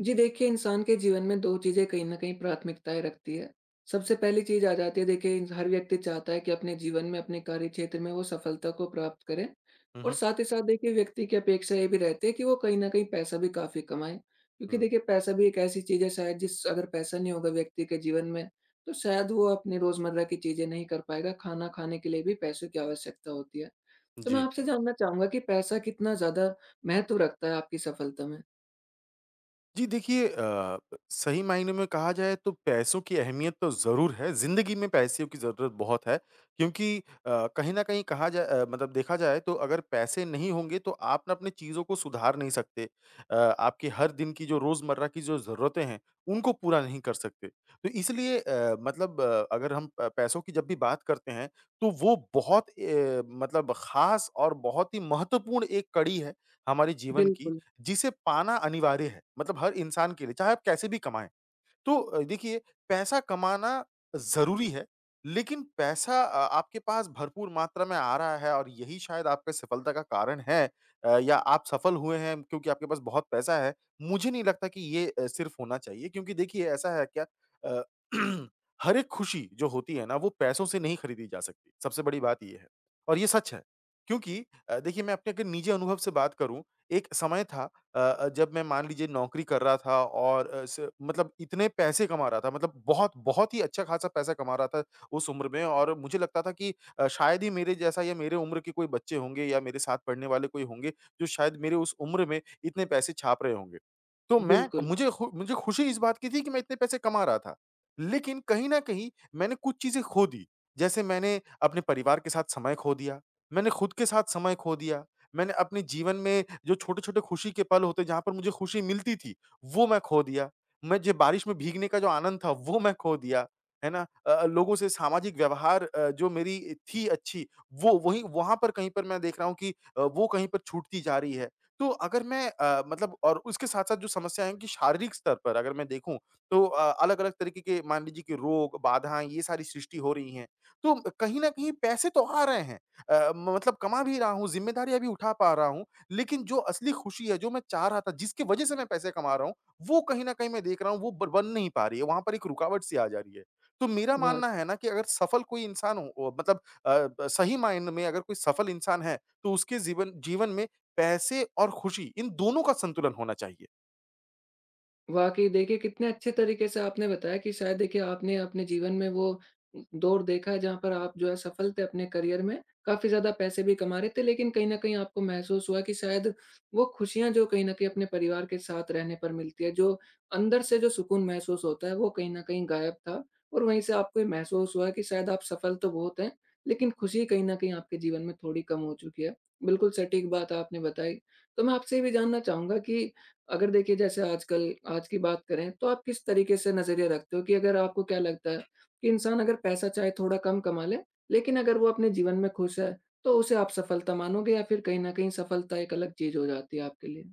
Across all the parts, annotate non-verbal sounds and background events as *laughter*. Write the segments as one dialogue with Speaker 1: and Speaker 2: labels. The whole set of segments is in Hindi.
Speaker 1: जी देखिए, इंसान के जीवन में 2 चीज़ें कहीं न कहीं प्राथमिकताएँ रखती है। सबसे पहली चीज़ आ जाती है देखिए इंस हर व्यक्ति चाहता है कि अपने जीवन में, अपने कार्य क्षेत्र में वो सफलता को प्राप्त करे।
Speaker 2: हुँ,
Speaker 1: और
Speaker 2: हुँ,
Speaker 1: साथ ही साथ देखिए व्यक्ति की अपेक्षा ये भी रहती है कि वो कहीं न कहीं पैसा भी काफ़ी कमाए। क्योंकि
Speaker 2: हुँ।
Speaker 1: देखिए पैसा भी एक ऐसी चीज़ है, शायद जिस अगर पैसा नहीं होगा व्यक्ति के जीवन में, तो शायद वो अपनी रोज़मर्रा की चीज़ें नहीं कर पाएगा, खाना खाने के लिए भी पैसों की आवश्यकता होती है। तो मैं
Speaker 2: जी।
Speaker 1: आपसे जानना चाहूँगा कि पैसा कितना ज़्यादा महत्व रखता है आपकी सफलता में?
Speaker 2: जी, देखिए सही मायने में कहा जाए तो पैसों की अहमियत तो ज़रूर है, ज़िंदगी में पैसों की ज़रूरत बहुत है क्योंकि कहीं न कहीं कहा जाए मतलब देखा जाए तो अगर पैसे नहीं होंगे तो आप ना अपनी चीज़ों को सुधार नहीं सकते। आपके हर दिन की जो रोज़मर्रा की जो ज़रूरतें हैं, उनको पूरा नहीं कर सकते। तो इसलिए अगर हम प पैसों की जब भी बात करते हैं, तो वो बहुत ए मतलब ख़ास और बहुत ही महत्वपूर्ण एक कड़ी है हमारे जीवन की
Speaker 1: बिल्कुल,
Speaker 2: जिसे पाना अनिवार्य है, मतलब हर इंसान के लिए, चाहे आप कैसे भी कमाएँ। तो देखिए पैसा कमाना ज़रूरी है, लेकिन पैसा आपके पास भरपूर मात्रा में आ रहा है और यही शायद आपके सफलता का कारण है, या आप सफल हुए हैं क्योंकि आपके पास बहुत पैसा है, मुझे नहीं लगता कि ये सिर्फ़ होना चाहिए क्योंकि देखिए ऐसा है क्या? अ, *clears throat* हर एक खुशी जो होती है ना, वो पैसों से नहीं खरीदी जा सकती, सबसे बड़ी बात ये है और ये सच है। क्योंकि देखिए मैं अपने अगर निजी अनुभव से बात करूँ, एक समय था जब मैं मान लीजिए नौकरी कर रहा था और अ, स मतलब इतने पैसे कमा रहा था, मतलब बहुत, बहुत ही अच्छा खासा पैसा कमा रहा था उस उम्र में और मुझे लगता था कि शायद ही मेरे जैसा या मेरे उम्र के कोई बच्चे होंगे या मेरे साथ पढ़ने वाले कोई होंगे, जो शायद मेरे उस उम्र में इतने पैसे छाप रहे होंगे। तो मैं
Speaker 1: बिल्कुल,
Speaker 2: मुझे खु मुझे खुशी इस बात की थी कि मैं इतने पैसे कमा रहा था। लेकिन कहीं न कहीं मैंने कुछ चीज़ें खो दी। जैसे मैंने अपने परिवार के साथ समय खो दिया, मैंने खुद के साथ समय खो दिया। मैंने अपने जीवन में जो छोटे-छोटे खुशी के पल होते हैं, जहाँ पर मुझे खुशी मिलती थी, वो मैं खो दिया। मैं जो बारिश में भीगने का जो आनंद था, वो मैं खो दिया। है ना? लोगों से सामाजिक व्यवहार जो मेरी थी अच्छी, वो वहीं वहाँ पर कहीं पर मैं देख रहा हूँ कि वो कहीं पर छूटती जा रही है। तो अगर मैं मतलब और उसके साथ-साथ जो समस्या है कि शारीरिक स्तर पर अगर मैं देखूँ, तो अलग-अलग तरीके के मान लीजिए कि रोग, बाधाएँ, ये सारी सृष्टि हो रही हैं। तो कहीं न कहीं पैसे तो आ रहे हैं। अ, म मतलब कमा भी रहा हूँ, ज़िम्मेदारियाँ भी उठा पा रहा हूँ, लेकिन जो असली खुशी है, जो मैं चाह रहा था, जिसकी वजह से मैं पैसे कमा रहा हूँ, वो कहीं न कहीं मैं देख रहा हूँ, वो ब बन नहीं पा रही है, वहाँ पर एक रुकावट सी आ जा रही है। तो मेरा मानना
Speaker 1: वाक़ई।
Speaker 2: है ना कि अगर सफल कोई इंसान हो ओ मतलब अ, ब सही मायने में अगर कोई सफल इंसान है, तो उसके जीवन जीवन में पैसे और खुशी, इन दोनों का संतुलन होना चाहिए।
Speaker 1: वाक़ई देखिए, कितने अच्छे तरीके से आपने बताया कि शायद देखिए आपने अपने जीवन में वो दौर देखा है जहाँ पर आप जो है सफल थे अपने करियर में, काफ़ी ज़्यादा पैसे भी कमा रहे थे, लेकिन कहीं न कहीं आपको महसूस हुआ कि शायद वो खुशियाँ जो कहीं न कहीं अपने परिवार के साथ रहने पर मिलती है, जो अंदर से जो सुकून महसूस होता है, वो कहीं न कहीं गायब था और वहीं से आपको ये महसूस हुआ कि शायद आप सफल तो बहुत हैं, लेकिन खुशी कहीं न कहीं आपके जीवन में थोड़ी कम हो चुकी है। बिल्कुल सटीक बात आपने बताई। तो मैं आपसे ये भी जानना चाहूँगा कि अगर देखिए जैसे आजकल आज की बात करें, तो आप किस तरीके से नज़रिया रखते हो कि अगर आपको क्या लगता है कि इंसान अगर पैसा चाहे थोड़ा कम कमा ले, लेकिन अगर वो अपने जीवन में खुश है, तो उसे आप सफलता मानोगे या फिर कहीं न कहीं सफलता एक अलग चीज़ हो जाती है आपके लिए?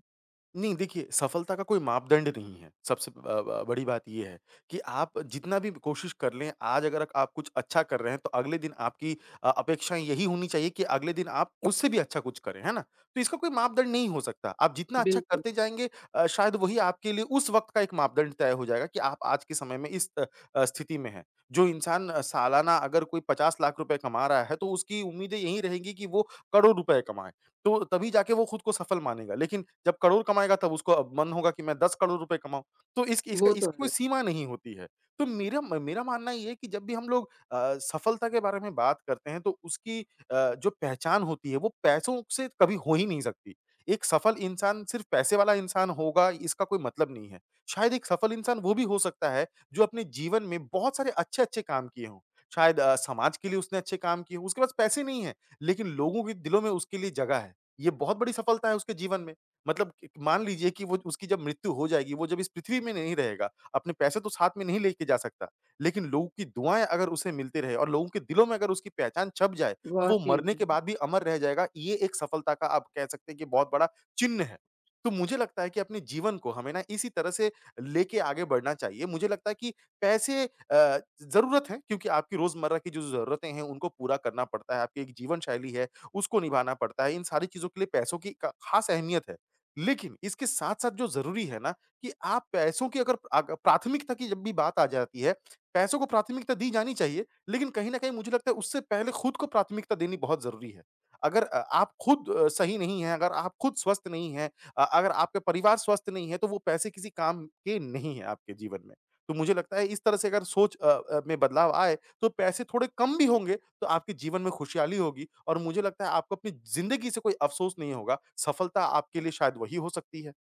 Speaker 2: नहीं, देखिए सफलता का कोई मापदंड नहीं है। सबसे ब ब बड़ी बात ये है कि आप जितना भी कोशिश कर लें, आज अगर आप कुछ अच्छा कर रहे हैं, तो अगले दिन आपकी अपेक्षाएँ यही होनी चाहिए कि अगले दिन आप उससे भी अच्छा कुछ करें, है ना? तो इसका कोई मापदंड नहीं हो सकता। आप जितना अच्छा
Speaker 1: बिल्कुल,
Speaker 2: करते जाएँगे, शायद वही आपके लिए उस वक़्त का एक मापदंड तय हो जाएगा कि आप आज के समय में इस स्थिति में हैं। जो इंसान सालाना अगर कोई 50 लाख रुपए कमा रहा है, तो उसकी उम्मीदें यही रहेंगी कि वो करोड़ रुपए कमाए। तो तभी जाके वो खुद को सफल मानेगा। लेकिन जब करोड़ कमाएगा तब उसको अब मन होगा कि मैं 10 करोड़ रुपए कमाऊँ। तो इसकी इसका
Speaker 1: वो तो
Speaker 2: इसकी कोई
Speaker 1: है,
Speaker 2: सीमा नहीं होती है। तो मेरा मानना ये है कि जब भी हम लोग सफलता के बारे में बात करते हैं तो उसकी जो पहचान होती है वो पैसों से कभी हो ही नहीं सकती। एक सफल इंसान सिर्फ़ पैसे वाला इंसान होगा, इसका कोई मतलब नहीं है। शायद एक सफल इंसान वो भी हो सकता है जो अपने जीवन में बहुत सारे अच्छे-अच्छे काम किए हों। शायद समाज के लिए उसने अच्छे काम किए हों, उसके पास पैसे नहीं हैं, लेकिन लोगों के दिलों में उसके लिए जगह है। ये बहुत बड़ी सफलता है उसके जीवन में। मतलब क मान लीजिए कि वो उसकी जब मृत्यु हो जाएगी, वो जब इस पृथ्वी में नहीं रहेगा, अपने पैसे तो साथ में नहीं लेके जा सकता, लेकिन लोगों की दुआएँ अगर उसे मिलते रहे और लोगों के दिलों में अगर उसकी पहचान छप जाए, तो वो
Speaker 1: वाक़ई
Speaker 2: मरने के
Speaker 1: में।
Speaker 2: बाद भी अमर रह जाएगा। ये एक सफलता का आप कह सकते हैं कि बहुत बड़ा चिन्ह है। तो मुझे लगता है कि अपने जीवन को हमें ना इसी तरह से लेके आगे बढ़ना चाहिए। मुझे लगता है कि पैसे ज़रूरत है क्योंकि आपकी रोज़मर्रा की जो ज़रूरतें हैं, उनको पूरा करना पड़ता है, आपकी एक जीवन शैली है, उसको निभाना पड़ता है। इन सारी चीज़ों के लिए पैसों की क ख़ास अहमियत है। लेकिन इसके साथ-साथ जो ज़रूरी है ना कि आप पैसों की अगर अग प्राथमिकता की जब भी बात आ जाती है, पैसों को प्राथमिकता दी जानी चाहिए, लेकिन कहीं न कहीं मुझे लगता है उससे पहले खुद को प्राथमिकता देनी बहुत ज़रूरी है। अगर आप खुद सही नहीं हैं, अगर आप खुद स्वस्थ नहीं हैं, अगर आपका परिवार स्वस्थ नहीं है, तो वो पैसे किसी काम के नहीं हैं आपके जीवन में। तो मुझे लगता है इस तरह से अगर सोच में बदलाव आए, तो पैसे थोड़े कम भी होंगे तो आपके जीवन में खुशहाली होगी और मुझे लगता है आपको अपनी ज़िंदगी से कोई अफ़सोस नहीं होगा। सफलता आपके लिए शायद वही हो सकती है।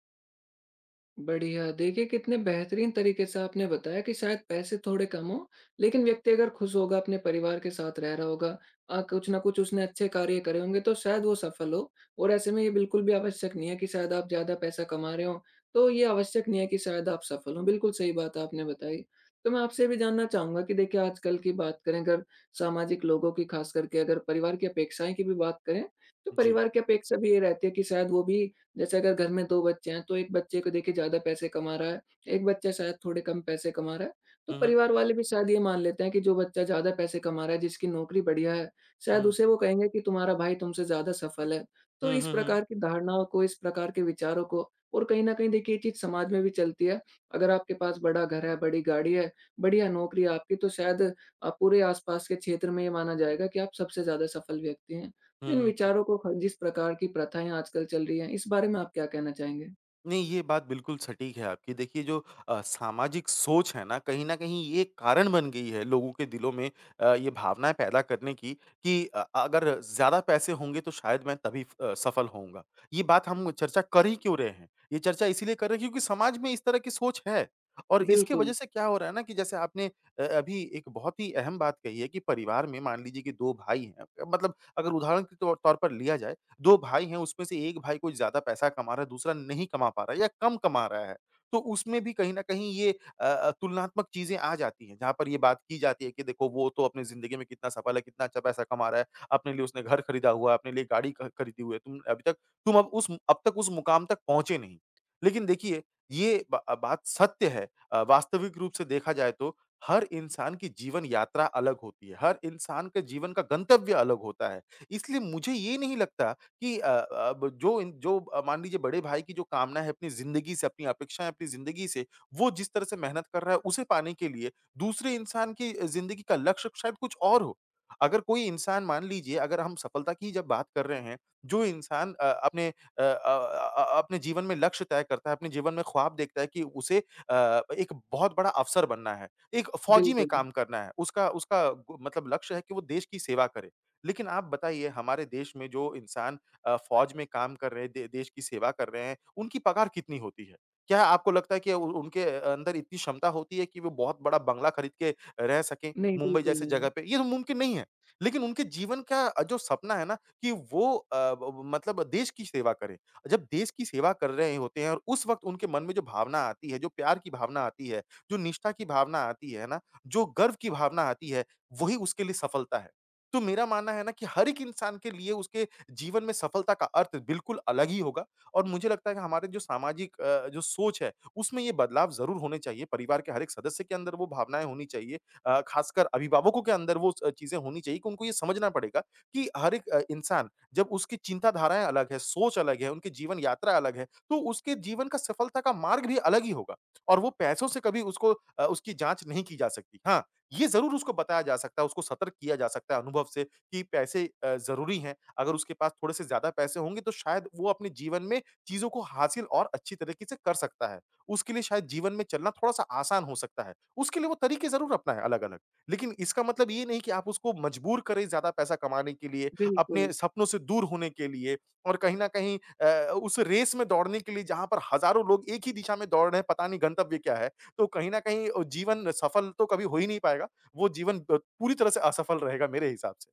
Speaker 1: बढ़िया। देखिए, कितने बेहतरीन तरीके से आपने बताया कि शायद पैसे थोड़े कम हों, लेकिन व्यक्ति अगर खुश होगा, अपने परिवार के साथ रह रहा होगा, कुछ न कुछ उसने अच्छे कार्य करे होंगे, तो शायद वो सफल हो। और ऐसे में ये बिल्कुल भी आवश्यक नहीं है कि शायद आप ज़्यादा पैसा कमा रहे हों, तो ये आवश्यक नहीं है कि शायद आप सफल हों। बिल्कुल सही बात आपने बताई। तो मैं आपसे ये भी जानना चाहूँगा कि देखिए, आजकल की बात करें अगर सामाजिक लोगों की, खास करके अगर परिवार की अपेक्षाएँ की भी बात करें, तो
Speaker 2: जी।
Speaker 1: परिवार की अपेक्षा भी ये रहती है कि शायद वो भी जैसे अगर घर में 2 बच्चे हैं, तो एक बच्चे को देखिए ज़्यादा पैसे कमा रहा है, एक बच्चा शायद थोड़े कम पैसे कमा रहा है, तो
Speaker 2: हुँ, हुँ।
Speaker 1: परिवार वाले भी शायद ये मान लेते हैं कि जो बच्चा ज़्यादा पैसे कमा रहा है, जिसकी नौकरी बढ़िया है, शायद
Speaker 2: हुँ।
Speaker 1: उसे वो कहेंगे कि तुम्हारा भाई तुमसे ज़्यादा सफल है। तो
Speaker 2: हुँ,
Speaker 1: इस
Speaker 2: हुँ, हुँ।
Speaker 1: प्रकार की धारणाओं को, इस प्रकार के विचारों को और कहीं न कहीं देखिए ये चीज़ समाज में भी चलती है। अगर आपके पास बड़ा घर है, बड़ी गाड़ी है, बढ़िया नौकरी है आपकी, तो शायद पूरे आस-पास के क्षेत्र में ये माना जाएगा कि आप सबसे ज़्यादा सफल व्यक्ति हैं।
Speaker 2: हुँ,
Speaker 1: तो इन
Speaker 2: हुँ, हुँ।
Speaker 1: विचारों को ख जिस प्रकार की प्रथाएँ आजकल चल रही हैं, इस बारे में आप क्या कहना चाहेंगे?
Speaker 2: नहीं, ये बात बिल्कुल सटीक है आपकी। देखिए जो सामाजिक सोच है ना, कहीं न कहीं ये कारण बन गई है लोगों के दिलों में ये भावनाएँ पैदा करने की कि अगर ज़्यादा पैसे होंगे तो शायद मैं तभी सफल होऊँगा। ये बात हम चर्चा कर ही क्यों रहे हैं? ये चर्चा इसीलिए कर रहे हैं क्योंकि समाज में इस तरह की सोच है। और इसके वजह
Speaker 1: बिल्कुल,
Speaker 2: से क्या हो रहा है ना कि जैसे आपने अभी एक बहुत ही अहम बात कही है कि परिवार में मान लीजिए कि 2 भाई हैं, मतलब अगर उदाहरण के तौर तौर पर लिया जाए 2 भाई हैं, उसमें से एक भाई कुछ ज़्यादा पैसा कमा रहा है, दूसरा नहीं कमा पा रहा है या कम कमा रहा है। तो उसमें भी कहीं न कहीं ये तुलनात्मक चीज़ें आ जाती हैं, जहाँ पर ये बात की जाती है कि देखो वो तो अपनी ज़िंदगी में कितना सफल है, कितना अच्छा पैसा कमा रहा है, अपने लिए उसने घर खरीदा हुआ है, अपने लिए गाड़ी ख खरीदी हुई है। तुम अभी तक तुम अब उस अब तक उस मुकाम तक पहुँचे नहीं। लेकिन देखिए, ये ब बात सत्य है, वास्तविक रूप से देखा जाए तो हर इंसान की जीवन यात्रा अलग होती है, हर इंसान के जीवन का गंतव्य अलग होता है। इसलिए मुझे ये नहीं लगता कि अ, अब जो इन जो अ, मान लीजिए बड़े भाई की जो कामना है अपनी ज़िंदगी से, अपनी अपेक्षाएँ अपनी ज़िंदगी से, वो जिस तरह से मेहनत कर रहा है उसे पाने के लिए दूसरे इंसान की ज़िंदगी का लक्ष्य शायद कुछ और हो। अगर कोई इंसान मान लीजिए अगर हम सफलता की जब बात कर रहे हैं, जो इंसान अपने अपने जीवन में लक्ष्य तय करता है, अपने जीवन में ख्वाब देखता है कि उसे एक बहुत बड़ा अफ़सर बनना है, एक फ़ौजी में
Speaker 1: बिल्कुल।
Speaker 2: काम करना है, उसका उसका गो मतलब लक्ष्य है कि वो देश की सेवा करे। लेकिन आप बताइए हमारे देश में जो इंसान फ़ौज में काम कर रहे हैं, दे देश की सेवा कर रहे हैं, उनकी पगार कितनी होती है? क्या आपको लगता है कि उ उनके अंदर इतनी क्षमता होती है कि वो बहुत बड़ा बंगला खरीद के रह सकें,
Speaker 1: नहीं,
Speaker 2: मुंबई
Speaker 1: बिल्कुल
Speaker 2: जैसे जगह
Speaker 1: नहीं।
Speaker 2: पे? ये तो मुमकिन नहीं है। लेकिन उनके जीवन का जो सपना है ना कि वो अ, ब मतलब देश की सेवा करें। जब देश की सेवा कर रहे होते हैं और उस वक़्त उनके मन में जो भावना आती है, जो प्यार की भावना आती है, जो निष्ठा की भावना आती है ना, जो गर्व की भावना आती है, वही उसके लिए सफलता है। तो मेरा मानना है ना कि हर एक इंसान के लिए उसके जीवन में सफलता का अर्थ बिल्कुल अलग ही होगा और मुझे लगता है कि हमारे जो सामाजिक जो सोच है, उसमें ये बदलाव ज़रूर होने चाहिए। परिवार के हर एक सदस्य के अंदर वो भावनाएँ होनी चाहिए। ख़ासकर अभिभावकों के अंदर वो स चीज़ें होनी चाहिए कि उनको ये समझना पड़ेगा कि हर एक इंसान जब उसकी चिंताधाराएँ अलग है, सोच अलग है, उनकी जीवन यात्रा अलग है, तो उसके जीवन का सफलता का मार्ग भी अलग ही होगा और वो पैसों से कभी उसको उसकी जाँच नहीं की जा सकती। हाँ, ये ज़रूर उसको बताया जा सकता है, उसको सतर्क किया जा सकता है अनुभव से कि पैसे ज़रूरी हैं। अगर उसके पास थोड़े से ज़्यादा पैसे होंगे तो शायद वो अपने जीवन में चीज़ों को हासिल और अच्छी तरीके से कर सकता है। उसके लिए शायद जीवन में चलना थोड़ा-सा आसान हो सकता है। उसके लिए वो तरीके ज़रूर अपनाएँ अलग-अलग। लेकिन इसका मतलब ये नहीं कि आप उसको मजबूर करें ज़्यादा पैसा कमाने के लिए,
Speaker 1: बिल्कुल।
Speaker 2: अपने सपनों से दूर होने के लिए और कहीं न कहीं उस रेस में दौड़ने के लिए जहाँ पर हज़ारों लोग एक ही दिशा में दौड़ रहे हैं, पता नहीं गंतव्य क्या है। तो कहीं न कहीं जीवन सफल तो कभी हो ही नहीं पाएगा। वो जीवन पूरी तरह से असफल रहेगा मेरे हिसाब से।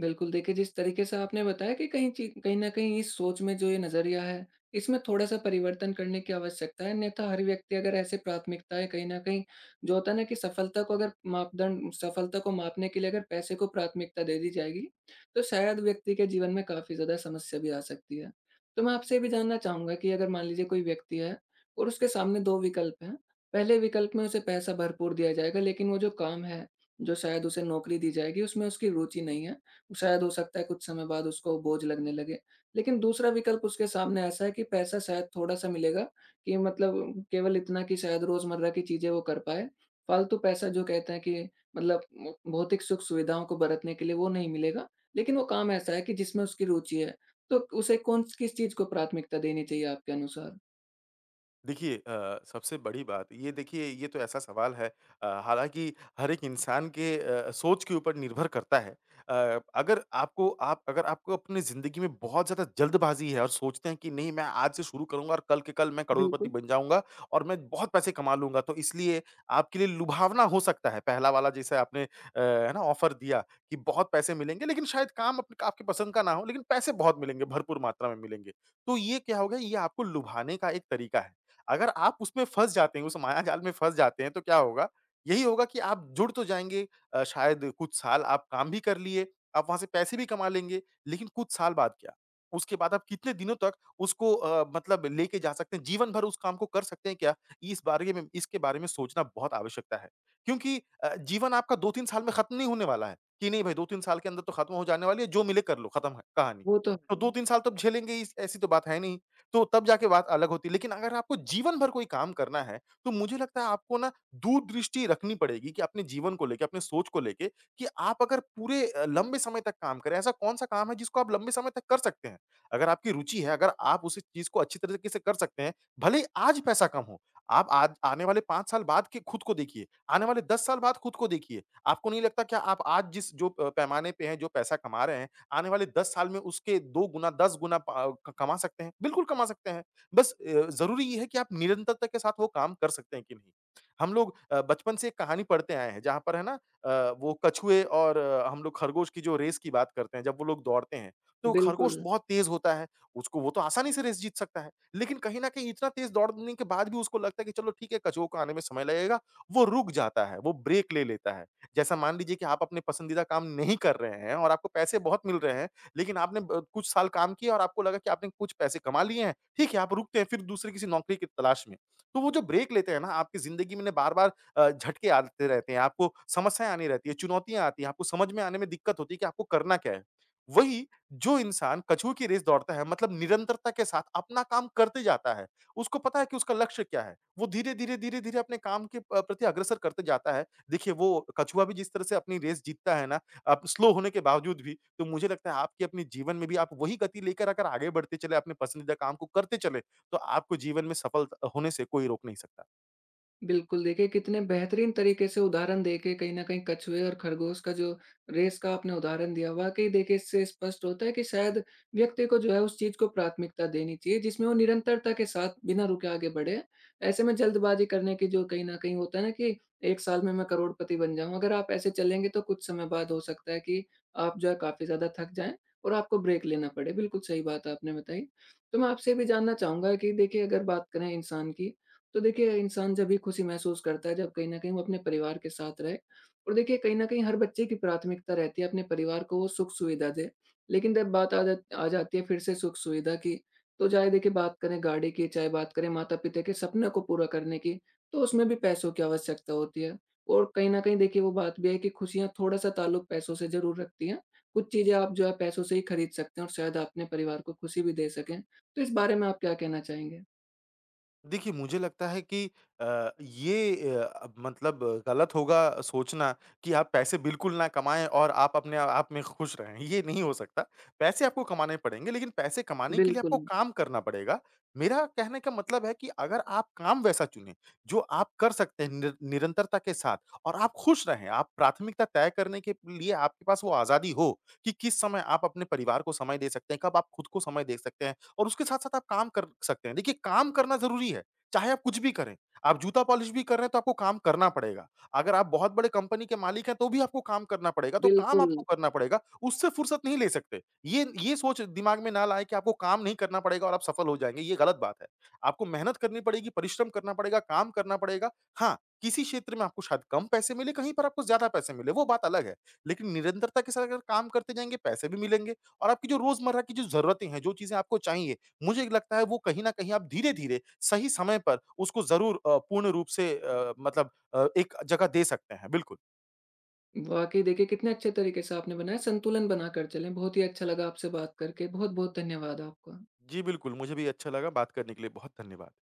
Speaker 1: बिल्कुल, देखिए जिस तरीके से आपने बताया कि कहीं न कहीं इस सोच में जो ये नज़रिया है, इसमें थोड़ा-सा परिवर्तन करने की आवश्यकता है, अन्यथा हर व्यक्ति अगर ऐसे प्राथमिकताएँ कहीं न कहीं जो होता है ना कि सफलता को अगर मापदंड सफलता को मापने के लिए अगर पैसे को प्राथमिकता दे दी जाएगी, तो शायद व्यक्ति के जीवन में काफ़ी ज़्यादा समस्या भी आ सकती है। तो मैं आपसे ये भी जानना चाहूँगा कि अगर मान लीजिए कोई व्यक्ति है और उसके सामने 2 विकल्प हैं, पहले विकल्प में उसे पैसा भरपूर दिया जाएगा, लेकिन वो जो काम है, जो शायद उसे नौकरी दी जाएगी उसमें उसकी रुचि नहीं है, शायद हो सकता है कुछ समय बाद उसको बोझ लगने लगे। लेकिन दूसरा विकल्प उसके सामने ऐसा है कि पैसा शायद थोड़ा-सा मिलेगा कि मतलब केवल इतना कि शायद रोज़मर्रा की चीज़ें वो कर पाए। फालतू पैसा जो कहते हैं कि मतलब म भौतिक सुख-सुविधाओं को बरतने के लिए वो नहीं मिलेगा, लेकिन वो काम ऐसा है कि जिसमें उसकी रुचि है। तो उसे कौन-स किस चीज़ को प्राथमिकता देनी चाहिए आपके अनुसार?
Speaker 2: देखिए, सबसे बड़ी बात ये तो ऐसा सवाल है हालाँकि हर एक इंसान के सोच के ऊपर निर्भर करता है। अगर आपको अपनी ज़िंदगी में बहुत ज़्यादा जल्दबाज़ी है और सोचते हैं कि नहीं मैं आज से शुरू करूँगा और कल के कल मैं करोड़पति
Speaker 1: बिल्कुल,
Speaker 2: बन जाऊँगा और मैं बहुत पैसे कमा लूँगा। तो इसलिए आपके लिए लुभावना हो सकता है पहला वाला जैसे आपने है ना ऑफ़र दिया कि बहुत पैसे मिलेंगे लेकिन शायद काम अपने आपकी पसंद का ना हो लेकिन पैसे बहुत मिलेंगे, भरपूर मात्रा में मिलेंगे। तो ये क्या हो गया, ये आपको लुभाने का एक तरीका है। अगर आप उसमें फँस जाते हैं, उस मायाजाल में फँस जाते हैं, तो क्या होगा? यही होगा कि आप जुड़ तो जाएँगे, शायद कुछ साल आप काम भी कर लिए, आप वहाँ से पैसे भी कमा लेंगे, लेकिन कुछ साल बाद क्या? उसके बाद आप कितने दिनों तक उसको मतलब लेके जा सकते हैं, जीवन भर उस काम को कर सकते हैं क्या? इस बारे में इसके बारे में सोचना बहुत आवश्यकता है। क्योंकि जीवन आपका 2-3 साल में खत्म नहीं होने वाला है, कि नहीं भाई 2-3 साल के अंदर तो खत्म हो जाने वाली है, जो मिले कर लो, खत्म है कहानी।
Speaker 1: वो तो
Speaker 2: तो
Speaker 1: है।
Speaker 2: 2-3 साल तो आप झेलेंगे ही, ऐसी तो बात है नहीं। तो तब जाके बात अलग होती है। लेकिन अगर आपको जीवन भर कोई काम करना है, तो मुझे लगता है आपको ना दूरदृष्टि रखनी पड़ेगी कि अपने जीवन को लेके, अपने सोच को लेके कि आप अगर पूरे लंबे समय तक काम करें, ऐसा कौन-सा काम है जिसको आप लंबे समय तक कर सकते हैं? अगर आपकी रुचि है, अगर आप उस चीज़ को अच्छी तरीके से कर सकते हैं, भले ही आज पैसा कम हो, आप आज आने वाले 5 साल बाद के खुद को देखिए, आने वाले 10 साल बाद खुद को देखिए। आपको नहीं लगता क्या आप आज जिस जो पैमाने पे हैं, जो पैसा कमा रहे हैं आने वाले 10 साल में उसके 2 गुना, 10 गुना पा क कमा सकते हैं, बिल्कुल कमा सकते हैं। बस ज़रूरी ये है कि आप निरंतरता के साथ वो काम कर सकते हैं कि नहीं। हम लोग बचपन से एक कहानी पढ़ते आए हैं जहाँ पर है ना वो कछुए और हम लोग खरगोश की जो रेस की बात करते हैं, जब वो लोग दौड़ते हैं, तो खरगोश
Speaker 1: बिल्कुल।
Speaker 2: बहुत तेज़ होता है, उसको वो तो आसानी से रेस जीत सकता है। लेकिन कहीं न कहीं इतना तेज़ दौड़ने के बाद भी उसको लगता है कि चलो ठीक है, कछुओं को आने में समय लगेगा, वो रुक जाता है, वो ब्रेक ले लेता है। जैसा मान लीजिए कि आप अपने पसंदीदा काम नहीं कर रहे हैं और आपको पैसे बहुत मिल रहे हैं, लेकिन आपने ब कुछ साल काम किया और आपको लगा कि आपने कुछ पैसे कमा लिए हैं, ठीक है, आप रुकते हैं फिर दूसरी किसी नौकरी की तलाश में। तो वो जो ब्रेक लेते हैं ना, आपकी ज़िंदगी में ना बार-बार झटके आते रहते हैं, आपको समस्याएँ आनी रहती है, चुनौतियाँ आती हैं, आपको समझ में आने में दिक्कत होती है कि आपको करना क्या है। वही जो इंसान कछुए की रेस दौड़ता है मतलब निरंतरता के साथ अपना काम करते जाता है, उसको पता है कि उसका लक्ष्य क्या है, वो धीरे-धीरे, धीरे-धीरे अपने काम के प्रति अग्रसर करते जाता है। देखिए, वो कछुआ भी जिस तरह से अपनी रेस जीतता है ना, आप स्लो होने के बावजूद भी, तो मुझे लगता है आपके अपने जीवन में भी आप वही गति लेकर अगर आगे बढ़ते चले, अपने पसंदीदा काम को करते चले, तो आपको जीवन में सफल होने से कोई रोक नहीं सकता।
Speaker 1: बिल्कुल, देखिए कितने बेहतरीन तरीके से उदाहरण देके कहीं न कहीं कछुए और खरगोश का जो रेस का आपने उदाहरण दिया, वाक़ई देखिए इससे स्पष्ट होता है कि शायद व्यक्ति को जो है उस चीज़ को प्राथमिकता देनी चाहिए जिसमें वो निरंतरता के साथ बिना रुके आगे बढ़े। ऐसे में जल्दबाज़ी करने की जो कहीं न कहीं होता है ना कि 1 साल में मैं करोड़पति बन जाऊँ, अगर आप ऐसे चलेंगे तो कुछ समय बाद हो सकता है कि आप जो है काफ़ी ज़्यादा थक जाएँ और आपको ब्रेक लेना पड़े। बिल्कुल सही बात आपने बताई। तो मैं आपसे ये भी जानना चाहूँगा कि देखिए, अगर बात करें इंसान की, तो देखिए इंसान जब भी खुशी महसूस करता है जब कहीं न कहीं वो अपने परिवार के साथ रहे और देखिए कहीं न कहीं हर बच्चे की प्राथमिकता रहती है अपने परिवार को वो सुख-सुविधा दे। लेकिन जब बात आ जा आ जाती है फिर से सुख-सुविधा की, तो चाहे देखिए बात करें गाड़ी की, चाहे बात करें माता-पिता के सपने को पूरा करने की, तो उसमें भी पैसों की आवश्यकता होती है। और कहीं न कहीं देखिए वो बात भी है कि खुशियाँ थोड़ा-सा ताल्लुक पैसों से ज़रूर रखती हैं। कुछ चीज़ें आप जो है पैसों से ही खरीद सकते हैं और शायद आप अपने परिवार को खुशी भी दे सकें। तो इस बारे में आप क्या कहना चाहेंगे?
Speaker 2: देखिए, मुझे लगता है कि ये मतलब गलत होगा सोचना कि आप पैसे बिल्कुल ना कमाएँ और आप अपने आप में खुश रहें, ये नहीं हो सकता। पैसे आपको कमाने पड़ेंगे, लेकिन पैसे कमाने के लिए आपको
Speaker 1: बिल्कुल,
Speaker 2: काम करना पड़ेगा। मेरा कहने का मतलब है कि अगर आप काम वैसा चुनें, जो आप कर सकते हैं निरंतरता के साथ और आप खुश रहें, आप प्राथमिकता तय करने के लिए आपके पास वो आज़ादी हो कि किस समय आप अपने परिवार को समय दे सकते हैं, कब आप खुद को समय दे सकते हैं। और उसके साथ-साथ आप काम कर सकते हैं। देखिए, काम करना ज़रूरी है, चाहे आप कुछ भी करें। आप जूता पॉलिश भी कर रहे हैं, तो आपको काम करना पड़ेगा। अगर आप बहुत बड़े कंपनी के मालिक हैं, तो भी आपको काम करना पड़ेगा, तो काम
Speaker 1: बिल्कुल।
Speaker 2: आपको करना पड़ेगा। उससे फुर्सत नहीं ले सकते। ये सोच दिमाग में ना लाएँ कि आपको काम नहीं करना पड़ेगा और आप सफल हो जाएँगे, ये गलत बात है। आपको मेहनत करनी पड़ेगी, परिश्रम करना पड़ेगा, काम करना पड़ेगा। हाँ, किसी क्षेत्र में आपको शायद कम पैसे मिले, कहीं पर आपको ज़्यादा पैसे मिले, वो बात अलग है। लेकिन निरंतरता के साथ अगर काम करते जाएँगे, पैसे भी मिलेंगे। और आपकी जो रोज़मर्रा की जो ज़रूरतें हैं, जो चीज़ें आपको चाहिए, मुझे लगता है वो कहीं न कहीं आप धीरे-धीरे सही समय पर उसको ज़रूर पूर्ण रूप से मतलब एक जगह दे सकते हैं। बिल्कुल।
Speaker 1: वाक़ई देखिए कितने अच्छे तरीके से आपने बनाया, संतुलन बनाकर चलें। बहुत ही अच्छा लगा आपसे बात करके, बहुत-बहुत धन्यवाद आपका।
Speaker 2: जी, बिल्कुल, मुझे भी अच्छा लगा बात करने के लिए बहुत धन्यवाद।